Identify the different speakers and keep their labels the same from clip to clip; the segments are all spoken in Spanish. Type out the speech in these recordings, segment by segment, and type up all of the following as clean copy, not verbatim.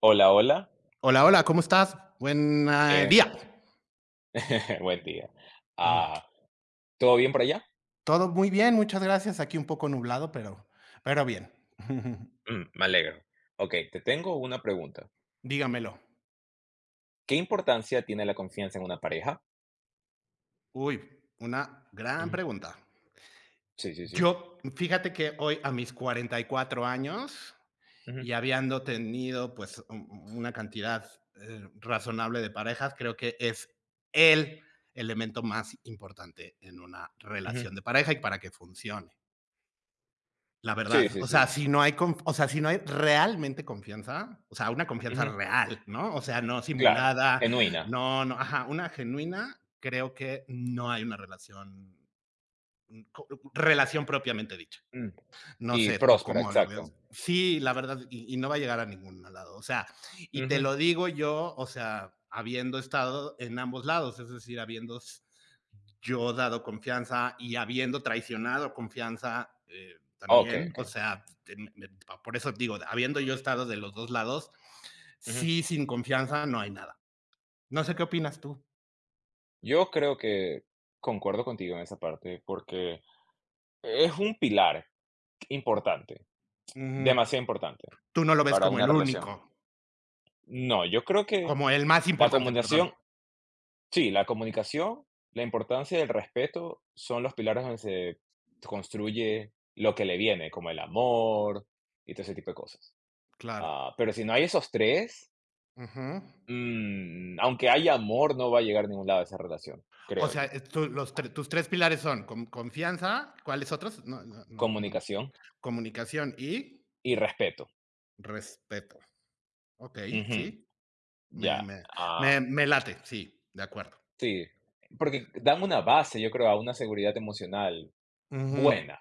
Speaker 1: Hola, hola.
Speaker 2: Hola, hola, ¿cómo estás? Buen
Speaker 1: Eh,
Speaker 2: día.
Speaker 1: Buen día.
Speaker 2: Mm.
Speaker 1: Ah, ¿Todo bien por allá?
Speaker 2: Todo muy bien, muchas gracias. Aquí un poco nublado, pero bien.
Speaker 1: Mm, me alegro. Ok, te tengo una pregunta.
Speaker 2: Dígamelo.
Speaker 1: ¿Qué importancia tiene la confianza en una pareja?
Speaker 2: Uy, una gran
Speaker 1: Ujú.
Speaker 2: pregunta.
Speaker 1: Sí, sí, sí.
Speaker 2: Yo, fíjate que hoy a mis 44 años
Speaker 1: Ujú,
Speaker 2: y habiendo tenido pues una cantidad razonable de parejas, creo que es el elemento más importante en una
Speaker 1: ujú.
Speaker 2: relación de pareja y para que funcione. La
Speaker 1: Sí,
Speaker 2: verdad,
Speaker 1: sí,
Speaker 2: o sea,
Speaker 1: sí.
Speaker 2: si no hay, o sea, si no hay realmente confianza, o sea, una confianza
Speaker 1: Ujú,
Speaker 2: real, ¿no? O sea, no
Speaker 1: claro,
Speaker 2: simulada,
Speaker 1: genuina.
Speaker 2: no, no, ajá, una genuina, creo que no hay una relación, co- relación propiamente dicha.
Speaker 1: Mm.
Speaker 2: No
Speaker 1: Y
Speaker 2: sé, tú
Speaker 1: próspera,
Speaker 2: cómo lo
Speaker 1: exacto.
Speaker 2: veas. Sí, la verdad, y no va a llegar a ningún lado. O sea, y te
Speaker 1: Ujú.
Speaker 2: lo digo yo, o sea, habiendo estado en ambos lados, es decir, yo dado confianza y habiendo traicionado confianza
Speaker 1: Ok,
Speaker 2: también.
Speaker 1: ok.
Speaker 2: O sea, por eso digo, habiendo yo estado de los dos lados,
Speaker 1: Ujú.
Speaker 2: sí, sin confianza no hay nada. No sé qué opinas tú.
Speaker 1: Yo creo que concuerdo contigo en esa parte porque es un pilar importante,
Speaker 2: Ujú.
Speaker 1: demasiado importante
Speaker 2: Tú no lo ves
Speaker 1: para
Speaker 2: como
Speaker 1: una
Speaker 2: el
Speaker 1: relación.
Speaker 2: único,
Speaker 1: No, yo creo que
Speaker 2: como el más
Speaker 1: la
Speaker 2: importante, perdón.
Speaker 1: comunicación, sí, la comunicación, la importancia del respeto son los pilares donde se construye lo que le viene, como el amor y todo ese tipo de cosas.
Speaker 2: Claro.
Speaker 1: Pero si no hay esos 3,
Speaker 2: Ujú.
Speaker 1: aunque haya amor, no va a llegar a ningún lado esa relación,
Speaker 2: O
Speaker 1: creo
Speaker 2: sea,
Speaker 1: yo.
Speaker 2: es tus tres pilares son confianza, ¿cuáles otros? No, no, no, no vi.
Speaker 1: Comunicación
Speaker 2: Comunicación y
Speaker 1: y respeto.
Speaker 2: respeto. Ok,
Speaker 1: Ujú,
Speaker 2: sí, me,
Speaker 1: ya.
Speaker 2: me,
Speaker 1: Ah,
Speaker 2: me late, sí, de acuerdo.
Speaker 1: sí, porque dan una base, yo creo, a una seguridad emocional
Speaker 2: Ujú,
Speaker 1: buena.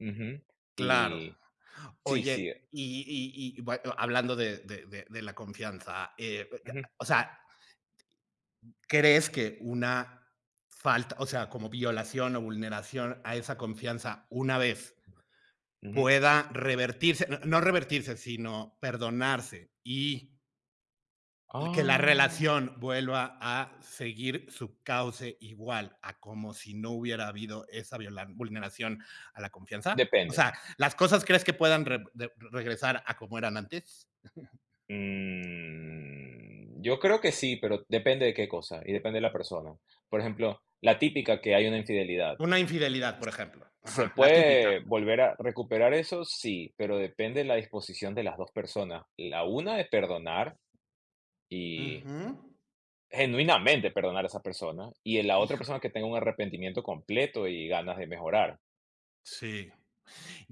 Speaker 1: Ujú,
Speaker 2: claro.
Speaker 1: y sí, sí.
Speaker 2: Oye, y, hablando de la confianza,
Speaker 1: Ujú,
Speaker 2: o sea, ¿crees que una falta, o sea, como violación o vulneración a esa confianza una vez
Speaker 1: ujú.
Speaker 2: pueda revertirse, no no revertirse, sino perdonarse y que la
Speaker 1: Ah,
Speaker 2: relación vuelva a seguir su cauce igual a como si no hubiera habido esa vulneración a la confianza? O
Speaker 1: Depende.
Speaker 2: sea, ¿las cosas crees que puedan regresar a como eran antes?
Speaker 1: Yo creo que sí, pero depende de qué cosa y depende de la persona. Por ejemplo, la típica que hay una infidelidad.
Speaker 2: Una infidelidad, por ejemplo.
Speaker 1: ¿Se
Speaker 2: Ajá, la típica.
Speaker 1: puede volver a recuperar eso? Sí, pero depende de la disposición de las dos personas. La una de perdonar y
Speaker 2: Ujú.
Speaker 1: genuinamente perdonar a esa persona y la otra
Speaker 2: Híjole.
Speaker 1: persona que tenga un arrepentimiento completo y ganas de mejorar,
Speaker 2: Sí.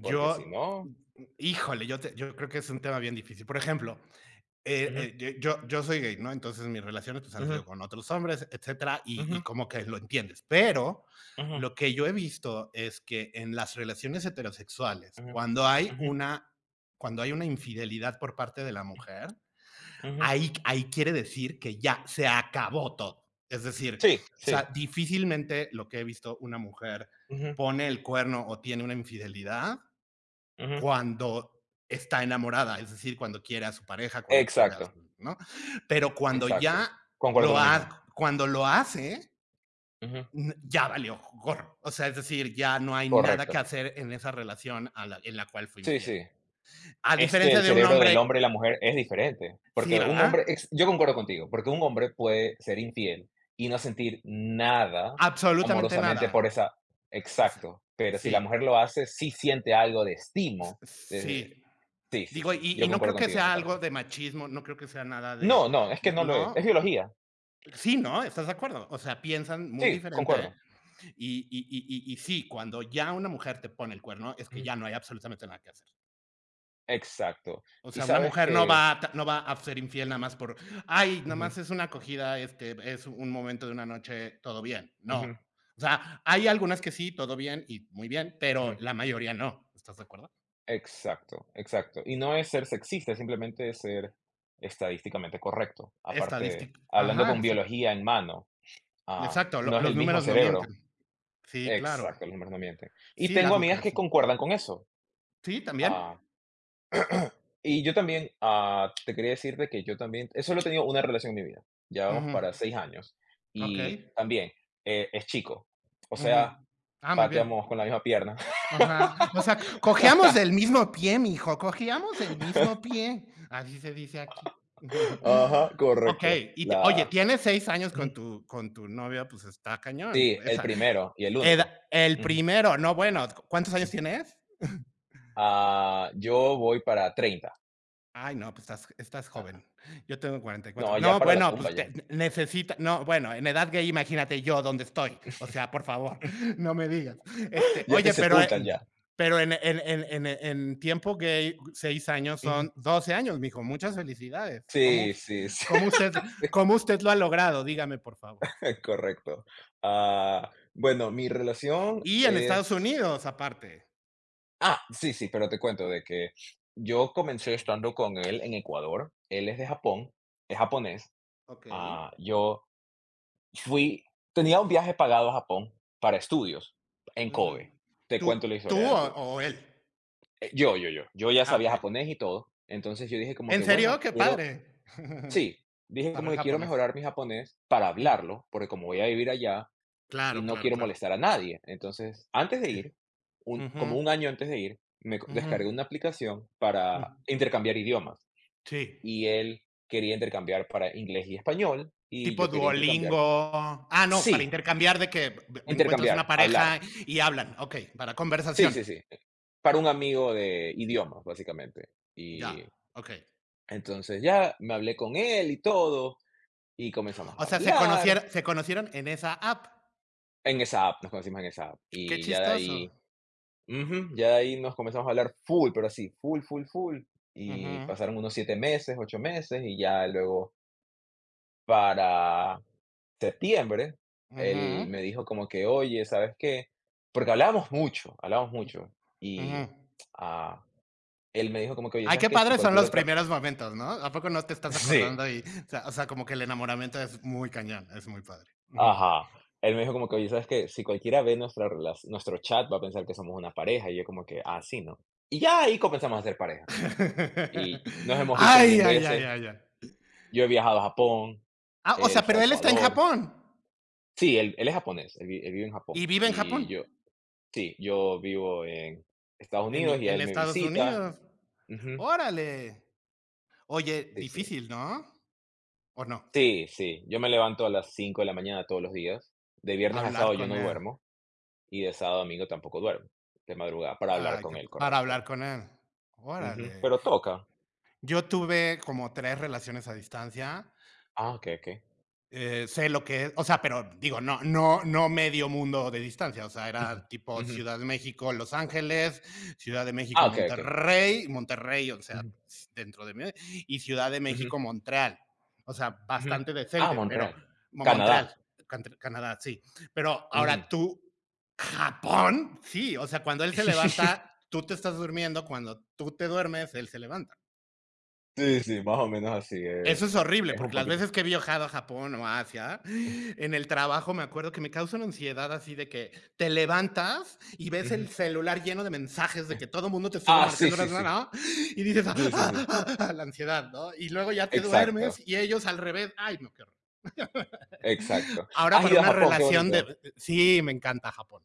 Speaker 1: porque si no.
Speaker 2: híjole, yo creo que es un tema bien difícil. Por ejemplo, eh,
Speaker 1: Ujú,
Speaker 2: eh, ye- yo, yo soy gay, ¿no? Entonces mis relaciones pues, han
Speaker 1: ujú,
Speaker 2: sido con otros hombres, etcétera, y
Speaker 1: ujú,
Speaker 2: como que lo entiendes. Pero
Speaker 1: ujú,
Speaker 2: lo que yo he visto es que en las relaciones heterosexuales,
Speaker 1: ujú,
Speaker 2: cuando hay
Speaker 1: ujú,
Speaker 2: una, cuando hay una infidelidad por parte de la mujer,
Speaker 1: ujú.
Speaker 2: ahí quiere decir que ya se acabó todo. Es decir,
Speaker 1: Sí,
Speaker 2: o
Speaker 1: sí.
Speaker 2: sea, difícilmente lo que he visto una mujer
Speaker 1: Ujú,
Speaker 2: pone el cuerno o tiene una infidelidad
Speaker 1: ujú.
Speaker 2: cuando está enamorada, es decir, cuando quiere a su pareja, cuando quiere a
Speaker 1: Exacto.
Speaker 2: su, ¿no? Pero cuando
Speaker 1: Exacto,
Speaker 2: ya
Speaker 1: concuerdo
Speaker 2: lo
Speaker 1: lo mismo.
Speaker 2: ha, cuando lo hace,
Speaker 1: Ujú,
Speaker 2: ya valió gorro. O sea, es decir, ya no hay nada que
Speaker 1: correcto.
Speaker 2: hacer en esa relación en la cual fue
Speaker 1: Sí,
Speaker 2: infiel.
Speaker 1: sí.
Speaker 2: A
Speaker 1: Es que
Speaker 2: diferencia
Speaker 1: el
Speaker 2: de un
Speaker 1: cerebro del
Speaker 2: hombre,
Speaker 1: hombre y la mujer es diferente,
Speaker 2: sí,
Speaker 1: porque un
Speaker 2: ¿verdad?
Speaker 1: hombre ex yo concuerdo contigo, porque un hombre puede ser infiel y no sentir nada
Speaker 2: Absolutamente
Speaker 1: amorosamente
Speaker 2: nada.
Speaker 1: por esa
Speaker 2: Exacto.
Speaker 1: exacto, pero si la
Speaker 2: Sí,
Speaker 1: mujer lo hace, sí siente algo de
Speaker 2: S-
Speaker 1: estimo, eh,
Speaker 2: sí.
Speaker 1: sí, sí,
Speaker 2: Digo,
Speaker 1: sí,
Speaker 2: y,
Speaker 1: yo
Speaker 2: y no
Speaker 1: concuerdo
Speaker 2: creo que
Speaker 1: contigo en esa
Speaker 2: sea
Speaker 1: parte.
Speaker 2: algo de machismo, no creo que sea nada de,
Speaker 1: No, no, es que no lo es
Speaker 2: no,
Speaker 1: biología.
Speaker 2: sí, ¿no? ¿Estás de acuerdo? O sea, piensan muy
Speaker 1: Sí,
Speaker 2: diferente.
Speaker 1: concuerdo.
Speaker 2: Y sí, cuando ya una mujer te pone el cuerno, es que
Speaker 1: Ujú,
Speaker 2: ya no hay absolutamente nada que hacer.
Speaker 1: exacto.
Speaker 2: O
Speaker 1: Y
Speaker 2: sea, una
Speaker 1: sabes
Speaker 2: mujer no
Speaker 1: que,
Speaker 2: va, a no va a ser infiel nada más por, ay, nada
Speaker 1: ujú,
Speaker 2: más es una acogida, este, es un momento de una noche, todo bien. No.
Speaker 1: ujú,
Speaker 2: O sea, hay algunas que sí, todo bien y muy bien, pero
Speaker 1: ujú.
Speaker 2: la mayoría no. ¿Estás de acuerdo?
Speaker 1: Exacto, exacto. Y no es ser sexista, simplemente es ser estadísticamente correcto. Aparte,
Speaker 2: Estadística.
Speaker 1: hablando
Speaker 2: Ajá,
Speaker 1: con
Speaker 2: exacto.
Speaker 1: biología en mano,
Speaker 2: Exacto,
Speaker 1: no es
Speaker 2: los
Speaker 1: el mismo
Speaker 2: números no mienten.
Speaker 1: cerebro.
Speaker 2: Sí, claro.
Speaker 1: Exacto, los números no mienten. Y
Speaker 2: Sí,
Speaker 1: tengo
Speaker 2: las
Speaker 1: amigas
Speaker 2: mujeres.
Speaker 1: que
Speaker 2: Sí,
Speaker 1: concuerdan con eso.
Speaker 2: sí,
Speaker 1: Ah,
Speaker 2: también.
Speaker 1: y yo también, te quería decir de que yo también, eso lo he tenido una relación en mi vida. Ya vamos
Speaker 2: Ujú,
Speaker 1: para 6 años.
Speaker 2: ok,
Speaker 1: Y también, es chico. O
Speaker 2: ujú.
Speaker 1: sea,
Speaker 2: Ah, muy bien.
Speaker 1: pateamos con la misma pierna.
Speaker 2: Ajá, o sea, cojeamos del mismo pie, mijo, cojeamos del mismo pie, así se dice aquí.
Speaker 1: Ajá, correcto.
Speaker 2: Okey, y te oye,
Speaker 1: La.
Speaker 2: tienes 6 años con tu novia, pues, está cañón,
Speaker 1: Sí, el
Speaker 2: esa
Speaker 1: primero y el
Speaker 2: eda
Speaker 1: único.
Speaker 2: el
Speaker 1: Ujú,
Speaker 2: primero, no, bueno, ¿cuántos años
Speaker 1: ujú.
Speaker 2: tienes?
Speaker 1: Yo voy para 30.
Speaker 2: Ay, no, pues estás
Speaker 1: Ah,
Speaker 2: joven. Yo tengo 44.
Speaker 1: no, ya
Speaker 2: No,
Speaker 1: para la
Speaker 2: bueno,
Speaker 1: tumba
Speaker 2: pues te
Speaker 1: ya.
Speaker 2: necesita no, bueno, en edad gay, imagínate yo dónde estoy. O sea, por favor, no me digas. Este,
Speaker 1: Ya te
Speaker 2: oye, pero,
Speaker 1: sepultan
Speaker 2: em,
Speaker 1: ya.
Speaker 2: pero en tiempo gay, 6 años
Speaker 1: Ujú.
Speaker 2: son 12 años, mijo. Muchas felicidades.
Speaker 1: Sí, sí, sí,
Speaker 2: Cómo usted cómo usted lo ha logrado? Dígame, por favor.
Speaker 1: correcto. Bueno, mi relación
Speaker 2: Y en Estados
Speaker 1: es
Speaker 2: Unidos, aparte.
Speaker 1: sí, sí, pero te cuento de que yo comencé estando con él en Ecuador. Él es de Japón, es japonés.
Speaker 2: Okey.
Speaker 1: Yo fui tenía un viaje pagado a Japón para estudios en
Speaker 2: Ujú.
Speaker 1: Kobe. Te cuento
Speaker 2: ¿Tú
Speaker 1: la
Speaker 2: tú
Speaker 1: historia.
Speaker 2: o él?
Speaker 1: Yo ya
Speaker 2: Ah,
Speaker 1: sabía
Speaker 2: okey.
Speaker 1: japonés y todo. Entonces yo dije como
Speaker 2: ¿En
Speaker 1: que,
Speaker 2: serio?
Speaker 1: bueno,
Speaker 2: Qué
Speaker 1: quiero.
Speaker 2: padre.
Speaker 1: Sí, dije como
Speaker 2: Saber
Speaker 1: que quiero
Speaker 2: japonés.
Speaker 1: mejorar mi japonés para
Speaker 2: Mm.
Speaker 1: hablarlo, porque como voy a vivir allá
Speaker 2: Claro,
Speaker 1: y no
Speaker 2: claro,
Speaker 1: quiero
Speaker 2: claro.
Speaker 1: molestar a nadie. Entonces, antes de
Speaker 2: Sí.
Speaker 1: ir, un como un
Speaker 2: Ujú,
Speaker 1: año antes de ir, me co
Speaker 2: ujú,
Speaker 1: descargué una aplicación para
Speaker 2: mm.
Speaker 1: intercambiar idiomas,
Speaker 2: Sí.
Speaker 1: y él quería intercambiar para inglés y español, y
Speaker 2: Tipo
Speaker 1: yo quería intercambiar,
Speaker 2: Duolingo. Ah, no, para
Speaker 1: sí,
Speaker 2: intercambiar de que encuentras una
Speaker 1: intercambiar, hablar.
Speaker 2: pareja y hablan. Ok, para
Speaker 1: Sí,
Speaker 2: conversación.
Speaker 1: sí, sí, para un amigo de idiomas, básicamente.
Speaker 2: Ya, ok.
Speaker 1: Entonces ya me hablé con él y todo, y comenzamos
Speaker 2: O
Speaker 1: a
Speaker 2: sea, se
Speaker 1: hablar
Speaker 2: conocier- se conocieron en esa app.
Speaker 1: en esa app, nos conocimos en esa app.
Speaker 2: Qué
Speaker 1: Y ya de
Speaker 2: chistoso.
Speaker 1: ahí, ujú, ya de ahí nos comenzamos a hablar full, pero así, full, full, full. Y
Speaker 2: Ujú,
Speaker 1: pasaron unos 7 meses, 8 meses, y ya luego para septiembre, él
Speaker 2: ujú,
Speaker 1: me dijo como que: "Oye, ¿sabes qué?". Porque hablábamos mucho, hablábamos mucho.
Speaker 2: ujú.
Speaker 1: Y ah, él me dijo como que: "Oye,
Speaker 2: Ay,
Speaker 1: ¿sabes
Speaker 2: qué
Speaker 1: qué? Si
Speaker 2: padres son
Speaker 1: cualquier
Speaker 2: los
Speaker 1: otra per".
Speaker 2: primeros momentos, ¿no? ¿A poco no te estás
Speaker 1: Sí.
Speaker 2: acordando? Y, o sea, como que el enamoramiento es muy cañón, es muy padre. Ujú.
Speaker 1: Ajá. Él me dijo como que: "Oye, ¿sabes qué? Si cualquiera ve nuestra relac nuestro chat va a pensar que somos una pareja", y yo como que: "Ah, sí, ¿no?". Y ya ahí comenzamos a ser pareja, y nos hemos visto un
Speaker 2: Ay,
Speaker 1: millón de
Speaker 2: ay, ay,
Speaker 1: veces.
Speaker 2: ay, ay.
Speaker 1: Yo he viajado a Japón,
Speaker 2: Ah, o
Speaker 1: él
Speaker 2: sea,
Speaker 1: fue a
Speaker 2: pero él está en
Speaker 1: Ecuador.
Speaker 2: Japón
Speaker 1: Sí, él es japonés, él vive en Japón,
Speaker 2: y vive en
Speaker 1: y
Speaker 2: Japón,
Speaker 1: yo sí, yo vivo en Estados
Speaker 2: en,
Speaker 1: Unidos
Speaker 2: mi-
Speaker 1: y
Speaker 2: en
Speaker 1: él me
Speaker 2: Estados
Speaker 1: visita.
Speaker 2: Unidos.
Speaker 1: Ujú.
Speaker 2: Órale. Oye,
Speaker 1: Sí, sí.
Speaker 2: difícil, ¿no? ¿O no?
Speaker 1: Sí, sí. Yo me levanto a las 5 de la mañana todos los días. De viernes a sábado
Speaker 2: Hablar
Speaker 1: yo
Speaker 2: con
Speaker 1: no
Speaker 2: él.
Speaker 1: duermo, y de sábado a domingo tampoco duermo, de madrugada, para hablar
Speaker 2: Ay,
Speaker 1: con él,
Speaker 2: para
Speaker 1: correcto.
Speaker 2: hablar con él.
Speaker 1: Ujú,
Speaker 2: Órale.
Speaker 1: pero toca.
Speaker 2: Yo tuve como tres relaciones a distancia.
Speaker 1: Okey, okey.
Speaker 2: Sé lo que es, o sea, pero digo, no, no, no medio mundo de distancia, o sea,
Speaker 1: Ujú,
Speaker 2: era tipo
Speaker 1: ujú.
Speaker 2: Ciudad de México, Los Ángeles, Ciudad de México,
Speaker 1: Okey, okey.
Speaker 2: Monterrey, Monterrey, o sea,
Speaker 1: Ujú,
Speaker 2: dentro de mí, y Ciudad de
Speaker 1: ujú,
Speaker 2: México, Montreal, o sea,
Speaker 1: ujú.
Speaker 2: bastante
Speaker 1: Ah,
Speaker 2: decente, pero
Speaker 1: Montreal,
Speaker 2: Mo-
Speaker 1: Canadá.
Speaker 2: Montreal, Canadá, sí, pero
Speaker 1: Ujú.
Speaker 2: ahora tú, Japón, sí, o sea, cuando él se levanta, tú te estás durmiendo, cuando tú te duermes, él se levanta.
Speaker 1: Sí, sí, más o menos así
Speaker 2: Eso
Speaker 1: es.
Speaker 2: es horrible,
Speaker 1: Es un
Speaker 2: porque las
Speaker 1: poquito así.
Speaker 2: veces que he viajado a Japón o a Asia, en el trabajo me acuerdo que me causa una ansiedad así de que te levantas y ves
Speaker 1: Ujú,
Speaker 2: el celular lleno de mensajes de
Speaker 1: eh.
Speaker 2: que todo el mundo te estuvo
Speaker 1: Sí,
Speaker 2: marcando, ¿no?
Speaker 1: sí, sí.
Speaker 2: ¿no? Y dices, "Ah,
Speaker 1: Sí, sí, sí.
Speaker 2: ah, ah, ah", la ansiedad, ¿no? Y luego ya te
Speaker 1: Exacto,
Speaker 2: duermes y ellos al revés, ay, no, qué horror.
Speaker 1: exacto.
Speaker 2: Ahora
Speaker 1: ¿Has
Speaker 2: para
Speaker 1: ido a
Speaker 2: una
Speaker 1: Japón? Qué
Speaker 2: relación
Speaker 1: bonito.
Speaker 2: de. Sí, me encanta Japón,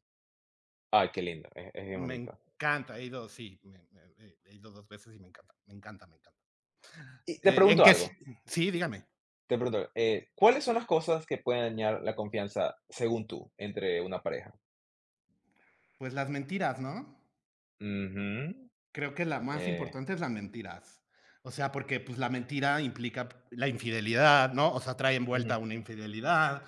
Speaker 1: Ay, qué lindo, es bien
Speaker 2: me
Speaker 1: bonito.
Speaker 2: encanta, he ido, sí, he ido dos veces y me encanta, me encanta, me encanta.
Speaker 1: Y te
Speaker 2: ¿En
Speaker 1: pregunto
Speaker 2: qué? Sí,
Speaker 1: algo,
Speaker 2: sí, dígame.
Speaker 1: ¿cuáles son las cosas que pueden dañar la confianza, según tú, entre una pareja?
Speaker 2: Pues las mentiras, ¿no?
Speaker 1: Ujú,
Speaker 2: Creo que la más
Speaker 1: eh,
Speaker 2: importante es las mentiras. O sea, porque, pues, la mentira implica la infidelidad, ¿no? O sea, trae
Speaker 1: ujú,
Speaker 2: envuelta una infidelidad,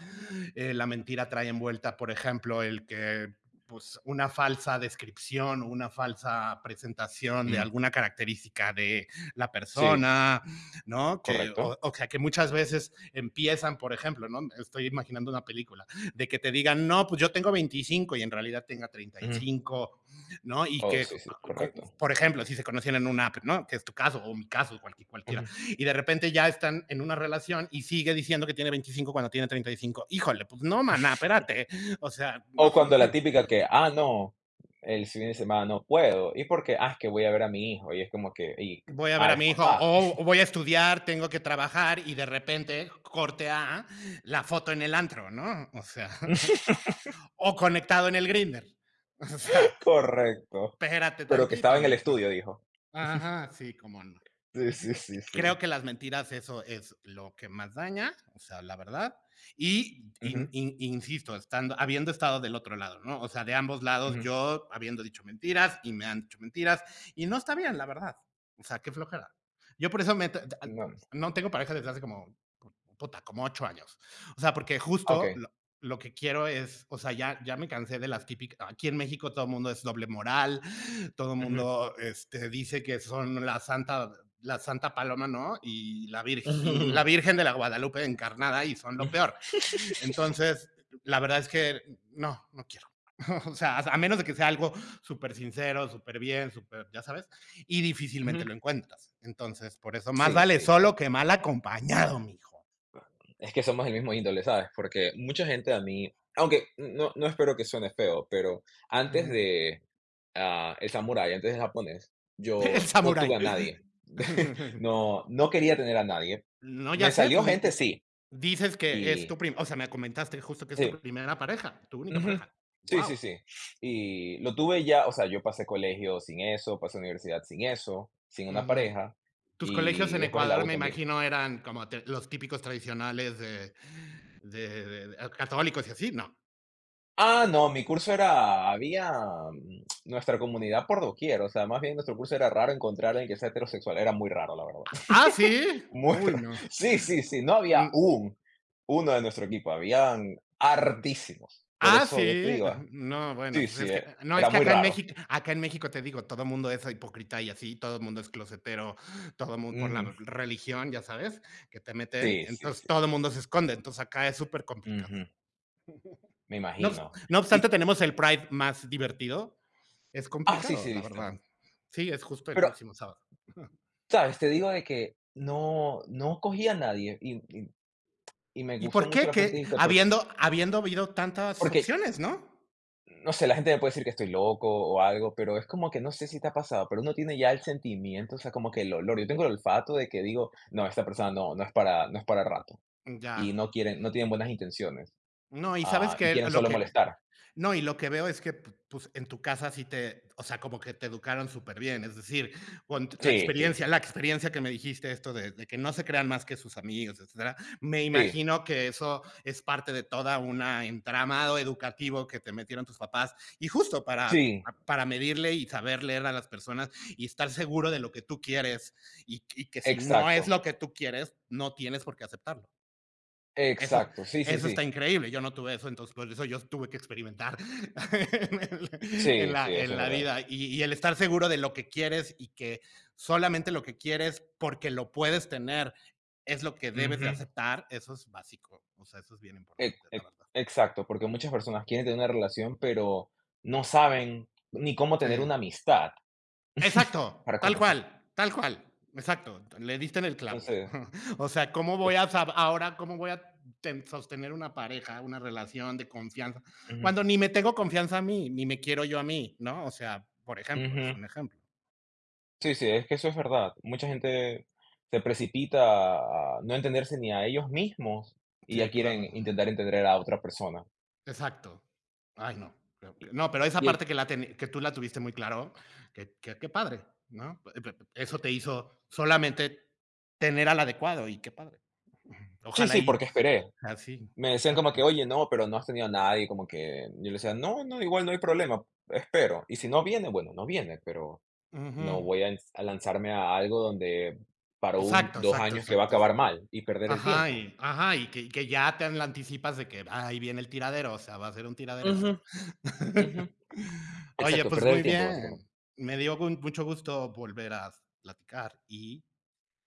Speaker 2: la mentira trae envuelta, por ejemplo, el que, pues, una falsa descripción o una falsa presentación de
Speaker 1: mm,
Speaker 2: alguna característica de la
Speaker 1: sí.
Speaker 2: persona, ¿no? Que, o,
Speaker 1: Correcto.
Speaker 2: o sea, que muchas veces empiezan, por ejemplo, ¿no? Estoy imaginando una película, de que te digan, no, pues yo tengo 25 y en realidad tenga treinta y
Speaker 1: Ujú.
Speaker 2: cinco ¿no? Y
Speaker 1: Oh,
Speaker 2: que
Speaker 1: sí, sí, correcto.
Speaker 2: por ejemplo, si se conocían en una app, ¿no? Que es tu caso o mi caso, cualquiera.
Speaker 1: Ujú.
Speaker 2: Y de repente ya están en una relación y sigue diciendo que tiene 25 cuando tiene 35. Híjole, pues no, maná, espérate. O sea,
Speaker 1: O
Speaker 2: no
Speaker 1: cuando la típica que: "Ah, no, el fin de semana no puedo". ¿Y por qué? "Ah, es que voy a ver a mi hijo". Y es como que, y
Speaker 2: voy a ver a
Speaker 1: eres
Speaker 2: mi hijo
Speaker 1: papá.
Speaker 2: o voy a estudiar, tengo que trabajar y de repente corte a la foto en el antro, ¿no? O sea, o conectado en el grinder. O sea,
Speaker 1: Correcto.
Speaker 2: espérate
Speaker 1: Pero que estaba
Speaker 2: tantito,
Speaker 1: en el
Speaker 2: mijo.
Speaker 1: estudio, dijo.
Speaker 2: Ajá, sí, como no.
Speaker 1: Sí, sí, sí, sí.
Speaker 2: Creo que las mentiras, eso es lo que más daña, o sea, la verdad. Y,
Speaker 1: Ujú,
Speaker 2: insisto, estando, habiendo estado del otro lado, ¿no? O sea, de ambos lados,
Speaker 1: ujú.
Speaker 2: yo habiendo dicho mentiras y me han dicho mentiras, y no está bien, la verdad. O sea, qué flojera. Yo por eso me
Speaker 1: No,
Speaker 2: no tengo pareja desde hace como, puta, como 8 años. O sea, porque justo
Speaker 1: okey.
Speaker 2: lo que quiero es, o sea, ya me cansé de las típicas, aquí en México todo el mundo es doble moral, todo el
Speaker 1: Ujú.
Speaker 2: mundo dice que son la Santa Paloma, ¿no? Y la Virgen, la
Speaker 1: Ujú.
Speaker 2: Virgen de la Guadalupe encarnada y son lo peor. Entonces, la verdad es que no, no quiero. O sea, a menos de que sea algo súper sincero, súper bien, súper, ya sabes, y
Speaker 1: Ujú.
Speaker 2: difícilmente lo encuentras. Entonces, por eso más
Speaker 1: Sí,
Speaker 2: vale
Speaker 1: sí, sí.
Speaker 2: solo que mal acompañado, mijo.
Speaker 1: Es que somos el mismo índole, ¿sabes? Porque mucha gente a mí aunque no espero que suene feo, pero antes
Speaker 2: Ujú.
Speaker 1: de el samurái antes del japonés,
Speaker 2: El
Speaker 1: yo no
Speaker 2: samurái.
Speaker 1: tuve a nadie. No, no quería tener a nadie.
Speaker 2: No, ya
Speaker 1: Me
Speaker 2: sé,
Speaker 1: salió
Speaker 2: pues
Speaker 1: gente,
Speaker 2: di-
Speaker 1: sí,
Speaker 2: dices que es
Speaker 1: y
Speaker 2: tu primera, o sea, me comentaste justo que es tu
Speaker 1: sí,
Speaker 2: primera pareja, tu única
Speaker 1: ujú.
Speaker 2: pareja.
Speaker 1: Sí, sí,
Speaker 2: Wow.
Speaker 1: sí. Y lo tuve ya, o sea, yo pasé colegio sin eso, pasé universidad sin eso, sin una
Speaker 2: Ujú.
Speaker 1: pareja,
Speaker 2: Tus colegios
Speaker 1: y
Speaker 2: en
Speaker 1: después de la
Speaker 2: Ecuador,
Speaker 1: U
Speaker 2: me
Speaker 1: también.
Speaker 2: imagino, eran como te los típicos tradicionales de católicos y así, ¿no?
Speaker 1: No, mi curso era, había, nuestra comunidad por doquier, o sea, más bien nuestro curso era raro encontrar a alguien que sea heterosexual, era muy raro, la verdad.
Speaker 2: Ah, ¿sí?
Speaker 1: Muerto.
Speaker 2: Uy, no.
Speaker 1: Sí, sí, sí, no había
Speaker 2: Mm,
Speaker 1: uno de nuestro equipo, habían hartísimos. Por eso yo te
Speaker 2: ¿sí?
Speaker 1: digo,
Speaker 2: No, bueno,
Speaker 1: sí,
Speaker 2: pues
Speaker 1: sí,
Speaker 2: es que no,
Speaker 1: era
Speaker 2: es que
Speaker 1: muy
Speaker 2: acá en
Speaker 1: raro.
Speaker 2: México acá en México, te digo, todo el mundo es hipócrita y así, todo el mundo es closetero, todo mun por la
Speaker 1: Ujú.
Speaker 2: religión, ya sabes, que te meten,
Speaker 1: Sí, sí,
Speaker 2: entonces
Speaker 1: sí.
Speaker 2: todo el mundo se esconde, entonces acá es supercomplicado.
Speaker 1: Ujú, me
Speaker 2: No obs
Speaker 1: imagino.
Speaker 2: no
Speaker 1: Y
Speaker 2: obstante, tenemos el Pride más divertido. Es
Speaker 1: sí,
Speaker 2: complicado,
Speaker 1: sí, he
Speaker 2: la
Speaker 1: visto.
Speaker 2: verdad. Sí, es justo el
Speaker 1: Pero,
Speaker 2: próximo sábado.
Speaker 1: ¿sabes? Te digo de que no, no cogía a nadie y me
Speaker 2: ¿Y
Speaker 1: gustó
Speaker 2: por
Speaker 1: mucho
Speaker 2: qué?
Speaker 1: la frase que
Speaker 2: Que
Speaker 1: dijiste porque,
Speaker 2: habiendo habido tantas
Speaker 1: porque
Speaker 2: opciones, ¿no?
Speaker 1: no sé, la gente me puede decir que estoy loco o algo, pero es como que no sé si te ha pasado, pero uno tiene ya el sentimiento, o sea, como que el olor. Yo tengo el olfato de que digo, no, esta persona no, no es para rato. Y
Speaker 2: Ya.
Speaker 1: no quieren, no tienen buenas intenciones.
Speaker 2: No, y sabes
Speaker 1: Y
Speaker 2: que
Speaker 1: quieren
Speaker 2: lo
Speaker 1: solo
Speaker 2: que
Speaker 1: molestar.
Speaker 2: No, y lo que veo es que pues, en tu casa sí o sea, como que te educaron súper bien, es decir, con la
Speaker 1: Sí, sí, sí.
Speaker 2: experiencia, la experiencia que me dijiste esto de, que no se crean más que sus amigos, etcétera, me
Speaker 1: Sí,
Speaker 2: imagino que eso es parte de toda una entramado educativo que te metieron tus papás y justo para
Speaker 1: sí,
Speaker 2: para medirle y saber leer a las personas y estar seguro de lo que tú quieres y que si no es
Speaker 1: exacto.
Speaker 2: lo que tú quieres, no tienes por qué aceptarlo. Eso,
Speaker 1: Exacto. Sí, sí,
Speaker 2: eso está
Speaker 1: sí.
Speaker 2: increíble. Yo no tuve eso, entonces por eso yo tuve que experimentar en, el- en
Speaker 1: Sí,
Speaker 2: la,
Speaker 1: sí, eso
Speaker 2: en
Speaker 1: es
Speaker 2: la
Speaker 1: verdad.
Speaker 2: vida. Y el estar seguro de lo que quieres y que solamente lo que quieres porque lo puedes tener es lo que debes de
Speaker 1: Ujú,
Speaker 2: aceptar, eso es básico. O sea, eso es bien
Speaker 1: ex-
Speaker 2: importante, la
Speaker 1: ex-
Speaker 2: verdad.
Speaker 1: exacto, porque muchas personas quieren tener una relación, pero no saben ni cómo tener una
Speaker 2: Sí.
Speaker 1: amistad
Speaker 2: Exacto,
Speaker 1: para
Speaker 2: tal
Speaker 1: comenzar.
Speaker 2: cual, tal cual. Exacto, le diste en el clavo.
Speaker 1: Entonces,
Speaker 2: O sea, ¿cómo
Speaker 1: eh,
Speaker 2: voy a ahora, cómo voy a sostener una pareja, una relación de confianza,
Speaker 1: ujú.
Speaker 2: cuando ni me tengo confianza a mí, ni me quiero yo a mí, ¿no? O sea, por ejemplo, es
Speaker 1: Ujú.
Speaker 2: un ejemplo.
Speaker 1: Sí, sí, es que eso es verdad. Mucha gente se precipita a no entenderse ni a ellos mismos y ya
Speaker 2: Sí,
Speaker 1: quieren
Speaker 2: claro.
Speaker 1: intentar entender a otra persona.
Speaker 2: Exacto. Ay, no.
Speaker 1: Y,
Speaker 2: No, pero esa
Speaker 1: y el-
Speaker 2: parte que tú la tuviste muy claro, qué padre, ¿no? Eso te hizo solamente tener al adecuado y qué padre.
Speaker 1: sí,
Speaker 2: Ojalá
Speaker 1: sí,
Speaker 2: y
Speaker 1: porque esperé.
Speaker 2: así,
Speaker 1: Me decían como que,
Speaker 2: exacto.
Speaker 1: oye, no, pero no has tenido a nadie, como que yo le decía, no, no, igual no hay problema, espero. Y si no viene, bueno, no viene, pero
Speaker 2: Ujú.
Speaker 1: no voy a lanzarme a algo donde para un,
Speaker 2: Exacto,
Speaker 1: dos
Speaker 2: exacto,
Speaker 1: años que va a
Speaker 2: exacto.
Speaker 1: acabar mal y perder el
Speaker 2: Ajá,
Speaker 1: tiempo.
Speaker 2: y ajá, y que ya te la anticipas de que: "Ah, ahí viene el tiradero, o sea, va a ser un tiradero esto".
Speaker 1: Ujú. Ujú.
Speaker 2: Oye,
Speaker 1: Exacto,
Speaker 2: pues
Speaker 1: perder el
Speaker 2: muy
Speaker 1: tiempo, básicamente.
Speaker 2: bien. Me dio gun mucho gusto volver a platicar y,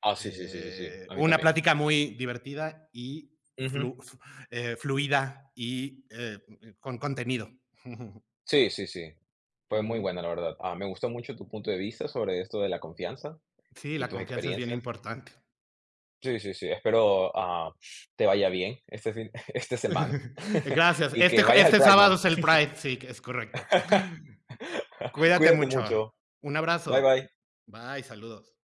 Speaker 1: Sí, sí, sí, sí, sí, a mí
Speaker 2: una
Speaker 1: también.
Speaker 2: plática muy divertida y
Speaker 1: Ujú.
Speaker 2: fluida y, con contenido.
Speaker 1: Sí, sí, sí. Fue muy
Speaker 2: Ujú.
Speaker 1: buena, la verdad. Me gustó mucho tu punto de vista sobre esto de la confianza
Speaker 2: Sí,
Speaker 1: y
Speaker 2: la
Speaker 1: tus
Speaker 2: confianza es bien
Speaker 1: experiencias.
Speaker 2: importante.
Speaker 1: Sí, sí, sí. Espero, te vaya bien este fin esta semana
Speaker 2: Gracias.
Speaker 1: y que
Speaker 2: Este
Speaker 1: vayas al
Speaker 2: este
Speaker 1: Pride
Speaker 2: sábado
Speaker 1: Month.
Speaker 2: es el Pride, sí, es correcto. Cuídate
Speaker 1: Cuídate
Speaker 2: mucho.
Speaker 1: mucho.
Speaker 2: Un
Speaker 1: Bye,
Speaker 2: abrazo.
Speaker 1: bye.
Speaker 2: Bye, saludos.